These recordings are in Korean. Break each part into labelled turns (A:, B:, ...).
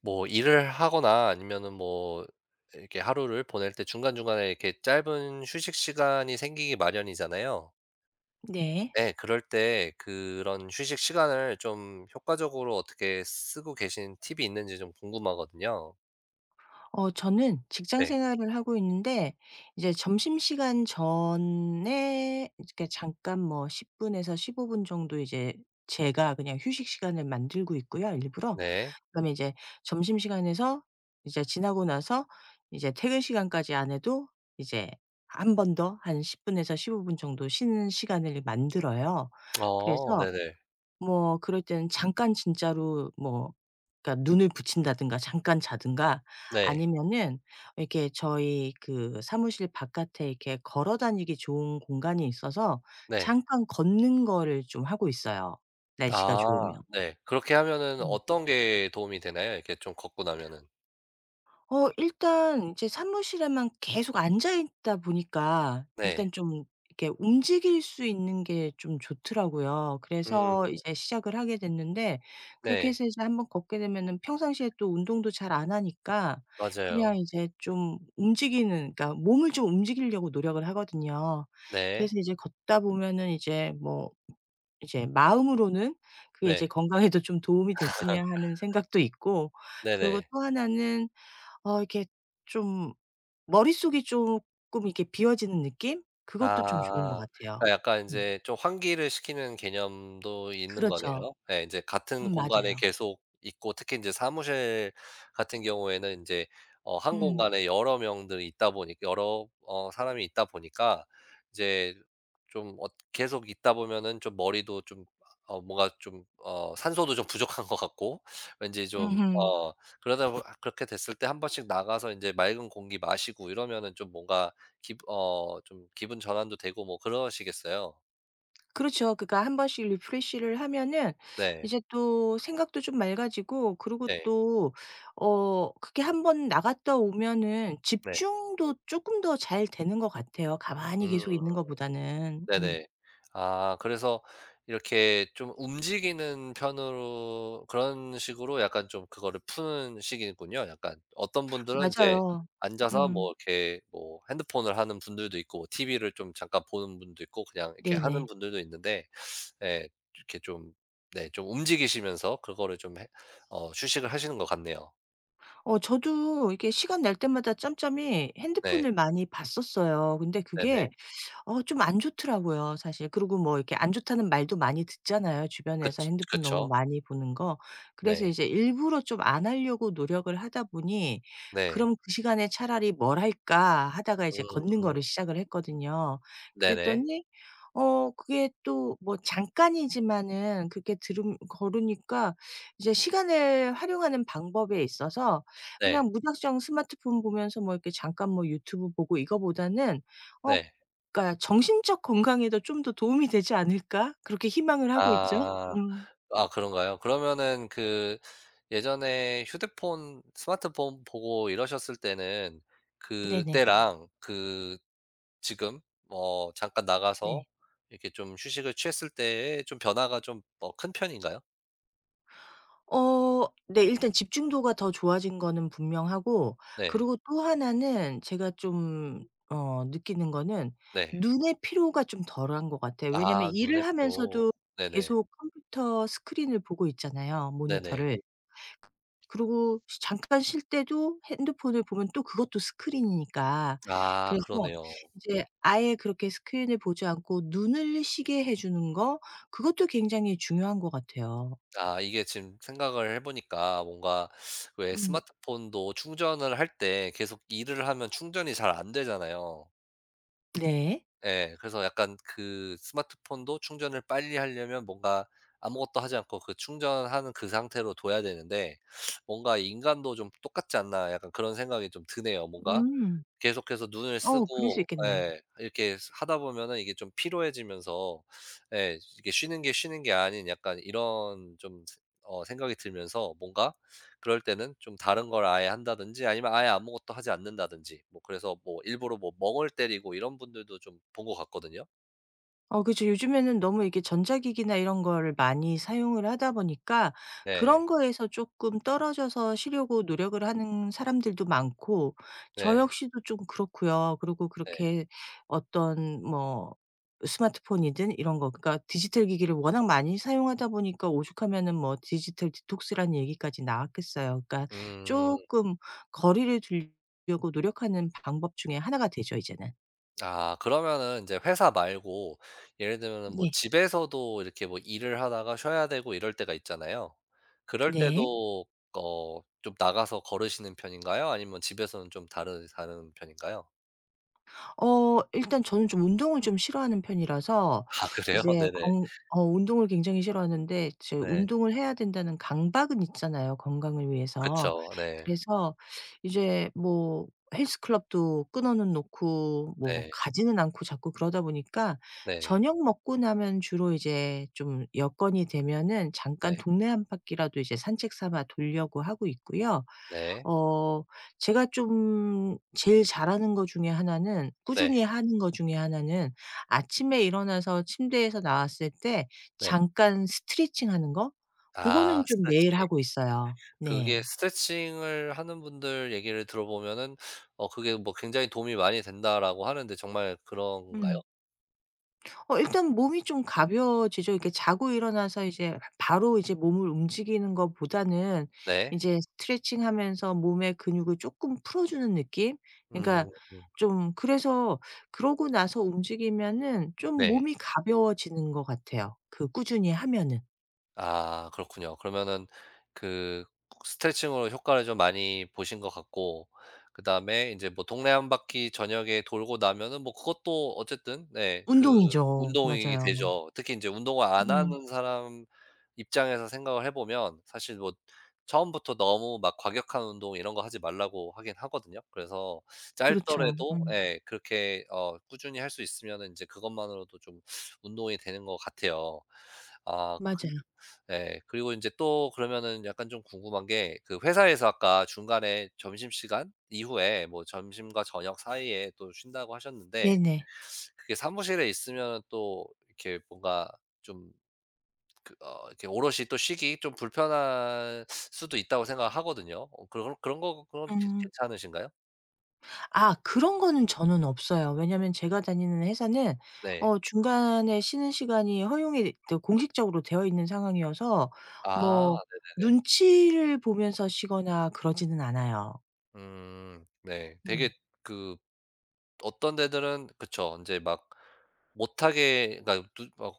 A: 뭐 일을 하거나 아니면은 뭐 이렇게 하루를 보낼 때 중간중간에 이렇게 짧은 휴식 시간이 생기기 마련이잖아요.
B: 네.
A: 예. 그럴 때 그런 휴식 시간을 좀 효과적으로 어떻게 쓰고 계신 팁이 있는지 좀 궁금하거든요.
B: 저는 직장
A: 네.
B: 생활을 하고 있는데 이제 점심시간 전에 이렇게 잠깐 뭐 10분 분에서 15분 정도 이제 제가 그냥 휴식 시간을 만들고 있고요 일부러.
A: 네.
B: 그다음에 이제 점심시간에서 이제 지나고 나서 이제 퇴근 시간까지 안 해도 이제 한 번 더 한 10분 분에서 15분 정도 쉬는 시간을 만들어요. 그래서
A: 네네.
B: 뭐 그럴 때는 잠깐 진짜로 뭐 그러니까 눈을 붙인다든가 잠깐 자든가
A: 네.
B: 아니면은 이렇게 저희 그 사무실 바깥에 이렇게 걸어 다니기 좋은 공간이 있어서
A: 네.
B: 잠깐 걷는 거를 좀 하고 있어요, 날씨가 좋으면.
A: 아. 네. 그렇게 하면은
B: 음.
A: 어떤 게 도움이 되나요? 이렇게 좀 걷고 나면은?
B: 일단 이제 사무실에만 계속 앉아 있다 보니까
A: 네.
B: 일단 좀 이렇게 움직일 수 있는 게 좀 좋더라고요.
A: 음.
B: 그래서 이제 시작을 하게 됐는데 그렇게
A: 네.
B: 해서 이제 한번 걷게 되면은 평상시에 또 운동도 잘 안 하니까 그냥
A: 맞아요.
B: 이제 좀 움직이는 그러니까 몸을 좀 움직이려고 노력을 하거든요.
A: 네.
B: 그래서 이제 걷다 보면은 이제 뭐 이제 마음으로는 그게 이제
A: 네.
B: 건강에도 좀 도움이 됐으면 하는 생각도 있고 그리고
A: 네네.
B: 또 하나는 이게 좀 머릿속이 쪼끔 이렇게 비워지는 느낌? 그것도 좀 좋은 것
A: 아.
B: 같아요.
A: 그러니까 약간
B: 음
A: 인제 좀 환기를 시키는 개념도 있는
B: 그렇죠.
A: 거네요. 예, 인제 같은 공간에
B: 맞아요.
A: 계속 있고, 특히 인제 사무실 같은 경우에는 인제 한
B: 음.
A: 공간에 여러 명들이 있다 보니 여러 사람이 있다 보니까 이제 좀 계속 있다 보면은 좀 머리도 좀 뭔가 좀 산소도 좀 부족한 것 같고 왠지 좀
B: 음음.
A: 그러다 보 그렇게 됐을 때 한 번씩 나가서 인제 맑은 공기 마시고 이러면은 좀 뭔가 기 어 좀 기분 전환도 되고 뭐 그러시겠어요.
B: 그렇죠. 그러니까 한 번씩 리프레시를 하면은
A: 네.
B: 이제 또 생각도 좀 맑아지고 그리고
A: 네.
B: 또 그게 한 번 나갔다 오면은
A: 네.
B: 집중도 쪼끔 더 잘 되는 것 같아요, 가만히 계속
A: 음.
B: 있는 것보다는.
A: 네네. 아, 그래서 이렇게 좀 움직이는 편으로 그런 식으로 약간 좀 그거를 푸는 식이군요. 약간 어떤 분들은 이제
B: 맞아요.
A: 앉아서 뭐
B: 음.
A: 이렇게 뭐 핸드폰을 하는 분들도 있고 TV를 좀 잠깐 보는 분도 있고 그냥 이렇게 하는
B: 네네.
A: 분들도 있는데. 네, 이렇게 좀, 네 좀 움직이시면서 그거를 좀 해 휴식을 하시는 것 같네요.
B: 저도 이게 시간 날 때마다 짬짬이
A: 네.
B: 핸드폰을 많이 봤었어요. 근데 그게
A: 네네.
B: 좀 안 좋더라고요 사실. 그리고 뭐 이렇게 안 좋다는 말도 많이 듣잖아요
A: 그
B: 주변에서 핸드폰 너무
A: 그쵸.
B: 많이 보는 거. 그래서
A: 네.
B: 이제 일부러 좀 안 하려고 노력을 하다 보니
A: 네.
B: '그럼 그 시간에 차라리 뭘 할까?' 하다가 이제 걷는 거를
A: 음.
B: 시작을 했거든요.
A: 네네.
B: 그랬더니 그게 또 뭐 잠깐이지만은 그렇게 들음 걸으니까 이제 시간을 활용하는 방법에 있어서
A: 네.
B: 그냥 무작정 스마트폰 보면서 뭐 이렇게 잠깐 뭐 유튜브 보고 이거보다는 어
A: 네.
B: 그러니까 '정신적 건강에도 좀 더 도움이 되지 않을까?' 그렇게 희망을 하고 있죠.
A: 아.
B: 음.
A: 아, 그런가요? 그러면은 그 예전에 휴대폰 스마트폰 보고 이러셨을 때는
B: 네네.
A: 그때랑 그 지금 잠깐 나가서
B: 네.
A: 이렇게 좀 휴식을 취했을 때의 좀 변화가 좀 큰 편인가요?
B: 네 일단 집중도가 더 좋아진 거는 분명하고
A: 네.
B: 그리고 또 하나는 제가 좀 느끼는 거는
A: 네.
B: 눈의 피로가 좀 덜한 것 같아요. 왜냐하면
A: 아, 눈의
B: 일을
A: 피로.
B: 하면서도
A: 네네.
B: 계속 컴퓨터 스크린을 보고 있잖아요,
A: 네네.
B: 모니터를. 그리고 쉬 잠깐 쉴 때도 핸드폰을 보면 또 그것도 스크린이니까.
A: 아,
B: 그래서
A: 그러네요.
B: 이제 아예 그렇게 스크린을 보지 않고 눈을 쉬게 해 주는 거 그것도 굉장히 중요한 것 같아요.
A: 아, 이게 지금 생각을 해 보니까 뭔가 왜
B: 음.
A: 스마트폰도 충전을 할 때 계속 일을 하면 충전이 잘 안 되잖아요.
B: 네.
A: 예. 그래서 약간 그 스마트폰도 충전을 빨리 하려면 뭔가 아무것도 하지 않고 그 충전하는 그 상태로 둬야 되는데 뭔가 '인간도 좀 똑같지 않나.' 약간 그런 생각이 좀 드네요. 뭔가
B: 음.
A: 계속해서 눈을
B: 그럴 수
A: 쓰고
B: 있겠네요.
A: 예 이렇게 하다 보면은 이게 좀 피로해지면서, 예 이게 '쉬는 게 쉬는 게 아닌' 약간 이런 좀 세 어 생각이 들면서, 뭔가 그럴 때는 좀 다른 걸 아예 한다든지 아니면 아예 아무것도 하지 않는다든지 뭐 그래서 뭐 일부러 뭐 멍을 때리고 이런 분들도 좀 본 것 같거든요.
B: 그죠. 요즘에는 너무 이게 전자기기나 이런 거를 많이 사용을 하다 보니까
A: 네.
B: 그런 거에서 조금 떨어져서 쉬려고 노력을 하는 사람들도 많고 저
A: 네.
B: 역시도 좀 그렇고요. 그리고
A: 네.
B: 그렇게 어떤 뭐 스마트폰이든 이런 거 그러니까 디지털 기기를 워낙 많이 사용하다 보니까 오죽하면은 뭐 디지털 디톡스라는 얘기까지 나왔겠어요. 그러니까
A: 음.
B: 조금 거리를 두려고 노력하는 방법 중에 하나가 되죠 이제는.
A: 아, 그러면은 이제 회사 말고 예를 들면은 뭐
B: 네.
A: 집에서도 이렇게 뭐 일을 하다가 쉬어야 되고 이럴 때가 있잖아요. 그럴
B: 네.
A: 때도 좀 나가서 걸으시는 편인가요? 아니면 집에서는 좀 다른 편인가요?
B: 일단 저는 좀 운동을 좀 싫어하는 편이라서
A: 아, 그래요?
B: 이제
A: 네네.
B: 건 어 운동을 굉장히 싫어하는데 이제
A: 네.
B: 운동을 해야 된다는 강박은 있잖아요 건강을 위해서.
A: 그쵸. 네.
B: 그래서 이제 뭐 헬스클럽도 끊어는 놓고 뭐
A: 네.
B: 가지는 않고 자꾸 그러다 보니까
A: 네.
B: 저녁 먹고 나면 주로 이제 좀 여건이 되면은 잠깐
A: 네.
B: 동네 한 바퀴라도 이제 산책 삼아 돌려고 하고 있고요.
A: 네.
B: 어 제가 좀 제일 잘하는 것 중에 하나는
A: 네.
B: 꾸준히 하는 것 중에 하나는 아침에 일어나서 침대에서 나왔을 때
A: 네.
B: 잠깐 스트레칭 하는 거? 그거
A: 아,
B: 는 좀 매일
A: 스트레칭.
B: 하고 있어요.
A: 그게
B: 네.
A: 스트레칭을 하는 분들 얘기를 들어보면은 그게 뭐 "굉장히 도움이 많이 된다."라고 하는데 정말 그런가요?
B: 일단 몸이 좀 가벼워지죠. 이렇게 자고 일어나서 이제 바로 이제 몸을 움직이는 것보다는 이
A: 네.
B: 제 스트레칭하면서 몸의 근육을 쪼끔 풀어주는 느낌? 그러니까
A: 음. 음.
B: 좀 그래서 그러고 나서 움직이면은 좀
A: 네.
B: 몸이 가벼워지는 것 같아요 그 꾸준히 하면은.
A: 아, 그렇군요. 그러면은 그 스트레칭으로 효과를 좀 많이 보신 것 같고, 그다음에 이제 뭐 동네 한 바퀴 저녁에 돌고 나면은 뭐 그것도 어쨌든 네 그
B: 운동이죠.
A: 운동이
B: 맞아요.
A: 되죠. 특히 이제 운동을 안
B: 음.
A: 하는 사람 입장에서 생각을 해 보면 사실 뭐 처음부터 너무 막 과격한 운동 이런 거 하지 말라고 하긴 하거든요. 그래서
B: 그렇죠.
A: 짧더라도
B: 음.
A: 예 그렇게 꾸준히 할 수 있으면은 제 그것만으로도 좀 운동이 되는 것 같아요. 아 그
B: 맞아요.
A: 네. 그리고 인제 또 그러면은 약간 좀 궁금한 게, 그 회사에서 아까 중간에 점심시간 이후에 뭐 점심과 저녁 사이에 또 쉰다고 하셨는데,
B: 네네.
A: 그게 사무실에 있으면은 또 이렇게 뭔가 좀 이렇게 오롯이 또 쉬기 좀 불편할 수도 있다고 생각하거든요. 어, 그런 그런 거 그건 괜
B: 음.
A: 괜찮으신가요?
B: 아 그런 거는 저는 없어요. 왜냐면 제가 다니는 회사는
A: 네.
B: 중간에 쉬는 시간이 허용이 되 공식적으로 되어 있는 상황이어서
A: 아,
B: 뭐
A: 네네네.
B: 눈치를 보면서 쉬거나 그러지는 않아요.
A: 음, 네. 되게
B: 음.
A: 그 어떤 데들은 그쵸. 이제 막 못하게, 그러니까 누 막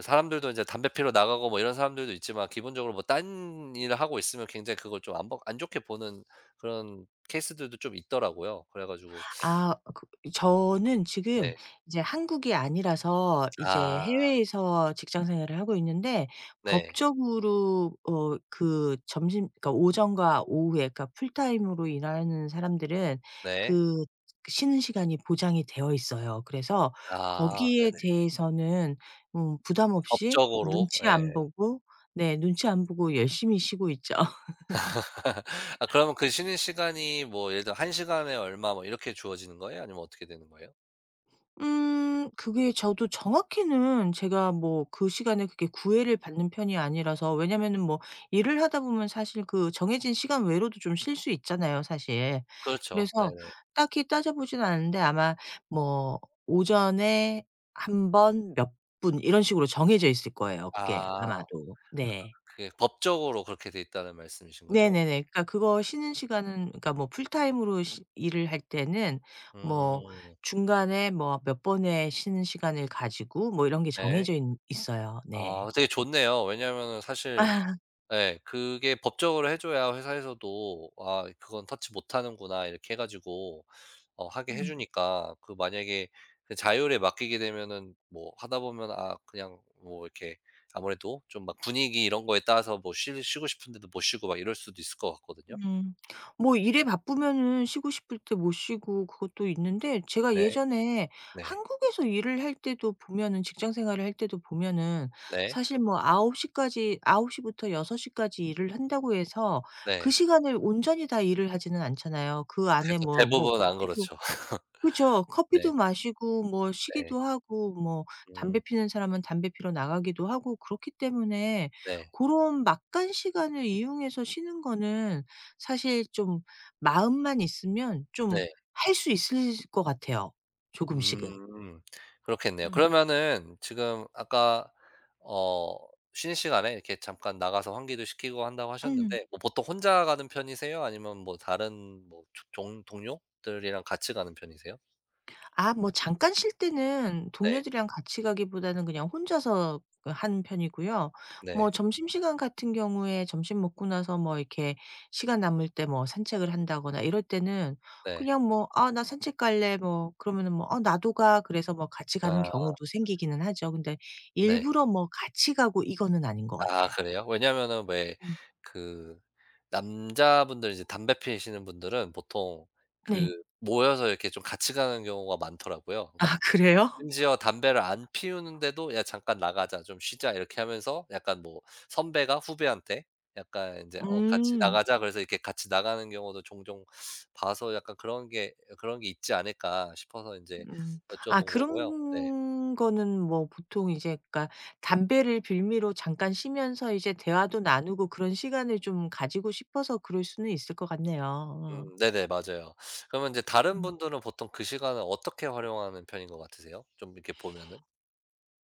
A: 사람들도 이제 담배 피러 나가고 뭐 이런 사람들도 있지만 기본적으로 뭐 딴 일을 하고 있으면 굉장히 그걸 좀 안 좋게 보는 그런 케이스들도 좀 있더라고요. 그래 가지고
B: 아 그 저는 지금
A: 네.
B: 이제 한국이 아니라서 이제
A: 아,
B: 해외에서 직장 생활을 하고 있는데
A: 네.
B: 법적으로 그 점심 그러니까 오전과 오후에 그러니까 풀타임으로 일하는 사람들은
A: 네.
B: 그 쉬는 시간이 보장이 되어 있어요. 그래서
A: 아,
B: 거기에
A: 네네.
B: 대해서는 부담 없이
A: 법적으로
B: 눈치
A: 예.
B: 안 보고 네 눈치 안 보고 열심히 쉬고 있죠.
A: 아, 그러면 그 쉬는 시간이 뭐 예를 들어 1 시간에 얼마 뭐 이렇게 주어지는 거예요? 아니면 어떻게 되는 거예요?
B: 그게 저도 정확히는 제가 뭐 그 시간에 그렇게 구애를 받는 편이 아니라서 왜냐면은 뭐 일을 하다 보면 사실 그 정해진 시간 외로도 좀 쉴 수 있잖아요 사실.
A: 그렇죠.
B: 그래서
A: 네네.
B: 딱히 따져 보진 않았는데 아마 뭐 오전에 한 번 몇 분 이런 식으로 정해져 있을 거예요 그게
A: 아.
B: 아마도. 네.
A: 그게 법적으로 그렇게 돼 있다는 말씀이신 거죠?
B: 네네네. 그러니까 그거 쉬는 시간은 그러니까 뭐 풀타임으로 시 일을 할 때는 뭐
A: 음,
B: 중간에 뭐 몇 번의 쉬는 시간을 가지고 뭐 이런 게
A: 네.
B: 정해져 있어요
A: 아,
B: 네.
A: 되게 좋네요. 왜냐하면은 사실 예 그게 법적으로 해 줘야 회사에서도 '아, 그건 터치 못 하는구나.' 이렇게 해 가지고 하게
B: 아,
A: 해 주니까. 그 만약에 그 자율에 맡기게 되면은 뭐 하다 보면 아 그냥 뭐 이렇게 아무래도 좀 막 분위기 이런 거에 따라서 뭐 쉬 쉬고 싶은데도 못 쉬고 막 이럴 수도 있을 것 같거든요.
B: 음. 뭐 일에 바쁘면은 쉬고 싶을 때 못 쉬고 그것도 있는데 제가
A: 네.
B: 예전에
A: 네.
B: 한국에서 일을 할 때도 보면은 직장 생활을 할 때도 보면은
A: 네.
B: 사실 뭐 9시부터 6시까지 일을 한다고 해서 그
A: 네.
B: 시간을 온전히 다 일을 하지는 않잖아요. 그 안에
A: 그죠.
B: 뭐
A: 대부분 안
B: 커피도
A: 그렇죠.
B: 그죠.
A: 네.
B: 커피도 마시고 뭐
A: 네.
B: 쉬기도 하고 뭐 담배
A: 음.
B: 피는 사람은 담배 피러 나가기도 하고 그렇기 때문에
A: 네.
B: 고런 막간 시간을 이용해서 쉬는 거는 사실 좀 마음만 있으면 좀
A: 네.
B: 할 수 있을 것 같아요, 조금씩은.
A: 음. 그렇겠네요.
B: 음.
A: 그러면은 지금 아까 어 쉬는 시간에 이렇게 잠깐 나가서 환기도 시키고 한다고
B: 음. 음.
A: 하셨는데 뭐 보통 혼자 가는 편이세요? 아니면 뭐 다른 뭐 조 종 동료들이랑 같이 가는 편이세요?
B: 아 뭐 잠깐 쉴 때는
A: 네.
B: 동료들이랑 같이 가기보다는 그냥 혼자서 그 하는 편이고요. 뭐
A: 네.
B: 점심시간 같은 경우에 점심 먹고 나서 뭐 이렇게 시간 남을 때 뭐 산책을 한다거나 이럴 때는
A: 네.
B: 그냥 뭐 "아 나 산책 갈래." 뭐 그러면은 뭐 "어 나도 가." 그래서 뭐 같이 가는
A: 아,
B: 경우도 생기기는 하죠. 근데
A: 네.
B: 일부러 뭐 같이 가고 이거는 아닌 것
A: 아,
B: 같아요.
A: 그래요? 왜냐면은 왜
B: 음.
A: 그 남자분들 이제 담배 피우시는 분들은 보통 그
B: 네.
A: 모여서 이렇게 좀 같이 가는 경우가 많더라고요. 그러니까
B: 아 그래요?
A: 심지어 담배를 안 피우는데도 "야, 잠깐 나가자. 좀 쉬자." 이렇게 하면서 약간 뭐 선배가 후배한테 약간 인제 "어, 같이
B: 음.
A: 나가자." 그래서 이렇게 같이 나가는 경우도 종종 봐서 약간 그런 게 있지 않을까 싶어서 인제
B: 음.
A: 여쭤본
B: 아
A: 거고요. 네.
B: 그런 거는 뭐 보통 이제 그러니까 담배를 빌미로 잠깐 쉬면서 이제 대화도 나누고 그런 시간을 좀 가지고 싶어서 그럴 수는 있을 것 같네요. 어.
A: 음, 네네. 맞아요. 그러면 인제 다른
B: 음.
A: 분들은 보통 그 시간을 어떻게 활용하는 편인 것 같으세요? 좀 이렇게 보면은?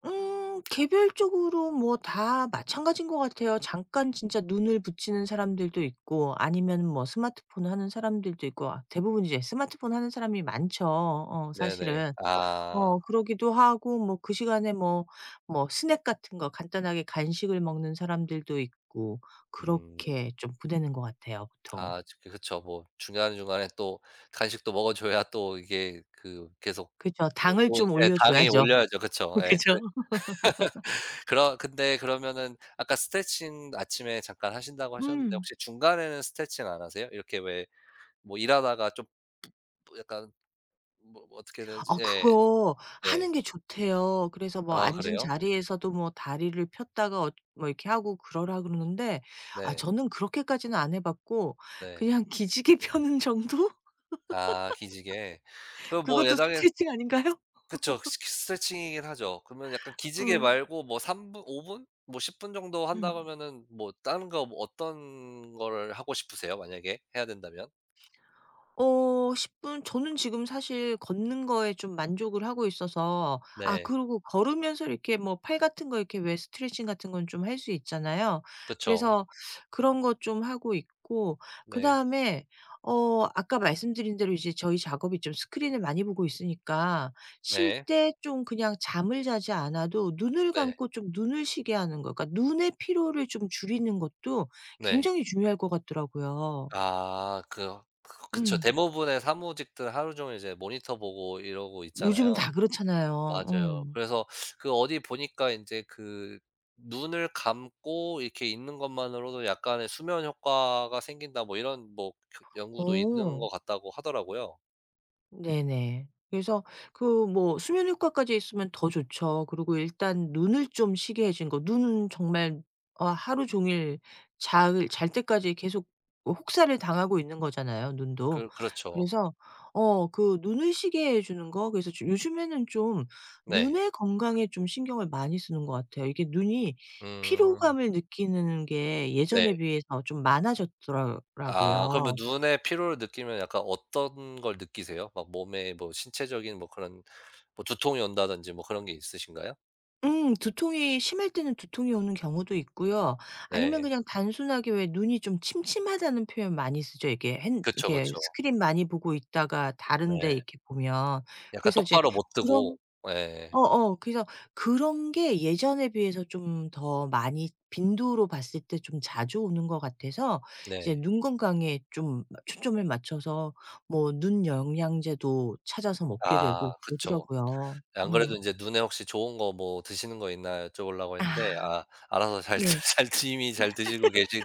B: 개별적으로 뭐 다 마찬가지인 것 같아요. 잠깐 진짜 눈을 붙이는 사람들도 있고 아니면 뭐 스마트폰 하는 사람들도 있고 아, 대부분 이제 스마트폰 하는 사람이 많죠
A: 네네.
B: 사실은.
A: 아.
B: 그러기도 하고 뭐 그 시간에 뭐 스낵 같은 거 간단하게 간식을 먹는 사람들도 있고
A: 음.
B: 그렇게 좀 보내는 것 같아요 보통.
A: 아, 저 그쵸. 뭐 중간중간에 또 간식도 먹어 줘야 또 이게 그 계속
B: 그죠.
A: 그
B: 당을
A: 돈
B: 좀
A: 예 당연히
B: 올려줘야죠.
A: 올려야죠. 그쵸. 예. 그
B: 그죠.
A: 그러 근데 그러면은 아까 스트레칭 아침에 잠깐 하신다고 하셨는데
B: 음.
A: 혹시 중간에는 스트레칭 안 하세요? 이렇게 왜 뭐 일하다가 좀 뭐 약간 뭐 어떻게 해야 되지.
B: 아
A: 예.
B: 그거 하는
A: 네.
B: 게 좋대요. 그래서 뭐
A: 아,
B: 앉은
A: 그래요?
B: 자리에서도 뭐 다리를 폈다가 뭐 이렇게 하고 그러라 그러는데 아
A: 네.
B: 저는 그렇게까지는 안해 봤고
A: 네.
B: 그냥 기지개 펴는 정도?
A: 아, 기지개. 그럼 뭐
B: 그것도
A: 예당에
B: 스트레칭 아닌가요?
A: 그쵸. 스 스트레칭이긴 하죠. 그러면 약간 기지개
B: 음.
A: 말고 뭐 3분 5분 뭐 10분 정도 한다
B: 음.
A: 그러면은 뭐 다른 거 뭐 어떤 거를 하고 싶으세요? 만약에 해야 된다면?
B: 어 10분 저는 지금 사실 걷는 거에 좀 만족을 하고 있어서 아
A: 네.
B: 그리고 걸으면서 이렇게 뭐 팔 같은 거 이렇게 왜 스트레칭 같은 건 좀 할 수 있잖아요.
A: 그쵸.
B: 그래서 그런 것 좀 하고 있고
A: 네.
B: 그다음에 아까 말씀드린 대로 이제 저희 작업이 좀 스크린을 많이 보고 있으니까 쉴
A: 네.
B: 때 좀 그냥 잠을 자지 않아도 눈을
A: 네.
B: 감고 좀 눈을 쉬게 하는 거 그러니까 눈의 피로를 좀 줄이는 것도
A: 네.
B: 굉장히 중요할 것 같더라고요.
A: 그쵸.
B: 음.
A: 대부분의 사무직들 하루 종일 이제 모니터 보고 이러고 있잖아요.
B: 요즘은 다 그렇잖아요.
A: 맞아요.
B: 음.
A: 그래서 그 어디 보니까 인제 그 눈을 감고 이렇게 있는 것만으로도 약간의 수면 효과가 생긴다 뭐 이런 뭐 그 연구도 있는
B: 어.
A: 것 같다고 하더라고요.
B: 네네. 그래서 그 뭐 수면 효과까지 있으면 더 좋죠. 그리고 일단 눈을 좀 쉬게 해 주는 거. 눈은 정말 하루 종일 잘 때까지 계속 혹사를 당하고 있는 거잖아요 눈도.
A: 그렇죠.
B: 그래서 그 눈을 쉬게 해 주는 거 그래서 좀 요즘에는 좀
A: 네.
B: 눈의 건강에 좀 신경을 많이 쓰는 것 같아요. 이게 눈이
A: 음.
B: 피로감을 느끼는 게
A: 네.
B: 예전에 비해서 좀 많아졌더
A: 아, 그러면
B: 라고요.
A: 눈에 피로를 느끼면 약간 어떤 걸 느끼세요? 막 몸에 뭐 신체적인 뭐 그런 뭐 두통이 온다든지 뭐 그런 게 있으신가요?
B: 두통이 심할 때는 두통이 오는 경우도 있고요. 아니면
A: 네.
B: 그냥 단순하게 왜 눈이 좀 침침하다는 표현 많이 쓰죠.
A: 그쵸,
B: 이게
A: 그쵸.
B: 스크린 많이 보고 있다가 다른 데
A: 네.
B: 이렇게 보면.
A: 약간
B: 그래서 이제
A: 똑바로 못 뜨고.
B: 그런
A: 네,
B: 어어 그래서 그런 게 예전에 비해서 좀 더 많이 빈도로 봤을 때 좀 자주 오는 것 같아서 이제
A: 네.
B: 눈 건강에 좀 초점을 맞춰서 뭐 눈 영양제도 찾아서 먹게
A: 아,
B: 되고
A: 그쵸.
B: 그러더라고요.
A: 안 그래도
B: 음.
A: 인제 눈에 혹시 좋은 거 뭐 드시는 거 있나 여쭤보려고 했는데
B: 아
A: 아 알아서 잘 드
B: 네.
A: 잘 이미 잘 드시고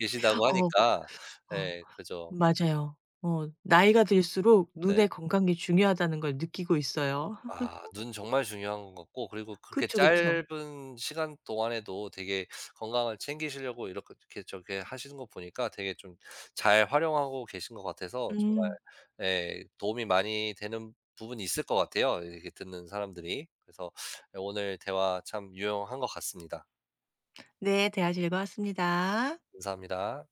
A: 계시다고
B: 어
A: 하니까
B: 어
A: 예 그죠.
B: 맞아요. 나이가 들수록
A: 네.
B: 눈의 건강이 중요하다는 걸 느끼고 있어요.
A: 아, 눈 정말 중요한 것 같고 그리고 그렇게
B: 그쵸, 그쵸.
A: 짧은 시간 동안에도 되게 건강을 챙기시려고 이렇게 저렇게 하시는 거 보니까 되게 좀 잘 활용하고 계신 것 같아서 정말
B: 음.
A: 예 도움이 많이 되는 부분이 있을 것 같아요, 이렇게 듣는 사람들이. 그래서 예 오늘 대화 참 유용한 것 같습니다.
B: 네. 대화 즐거웠습니다.
A: 감사합니다.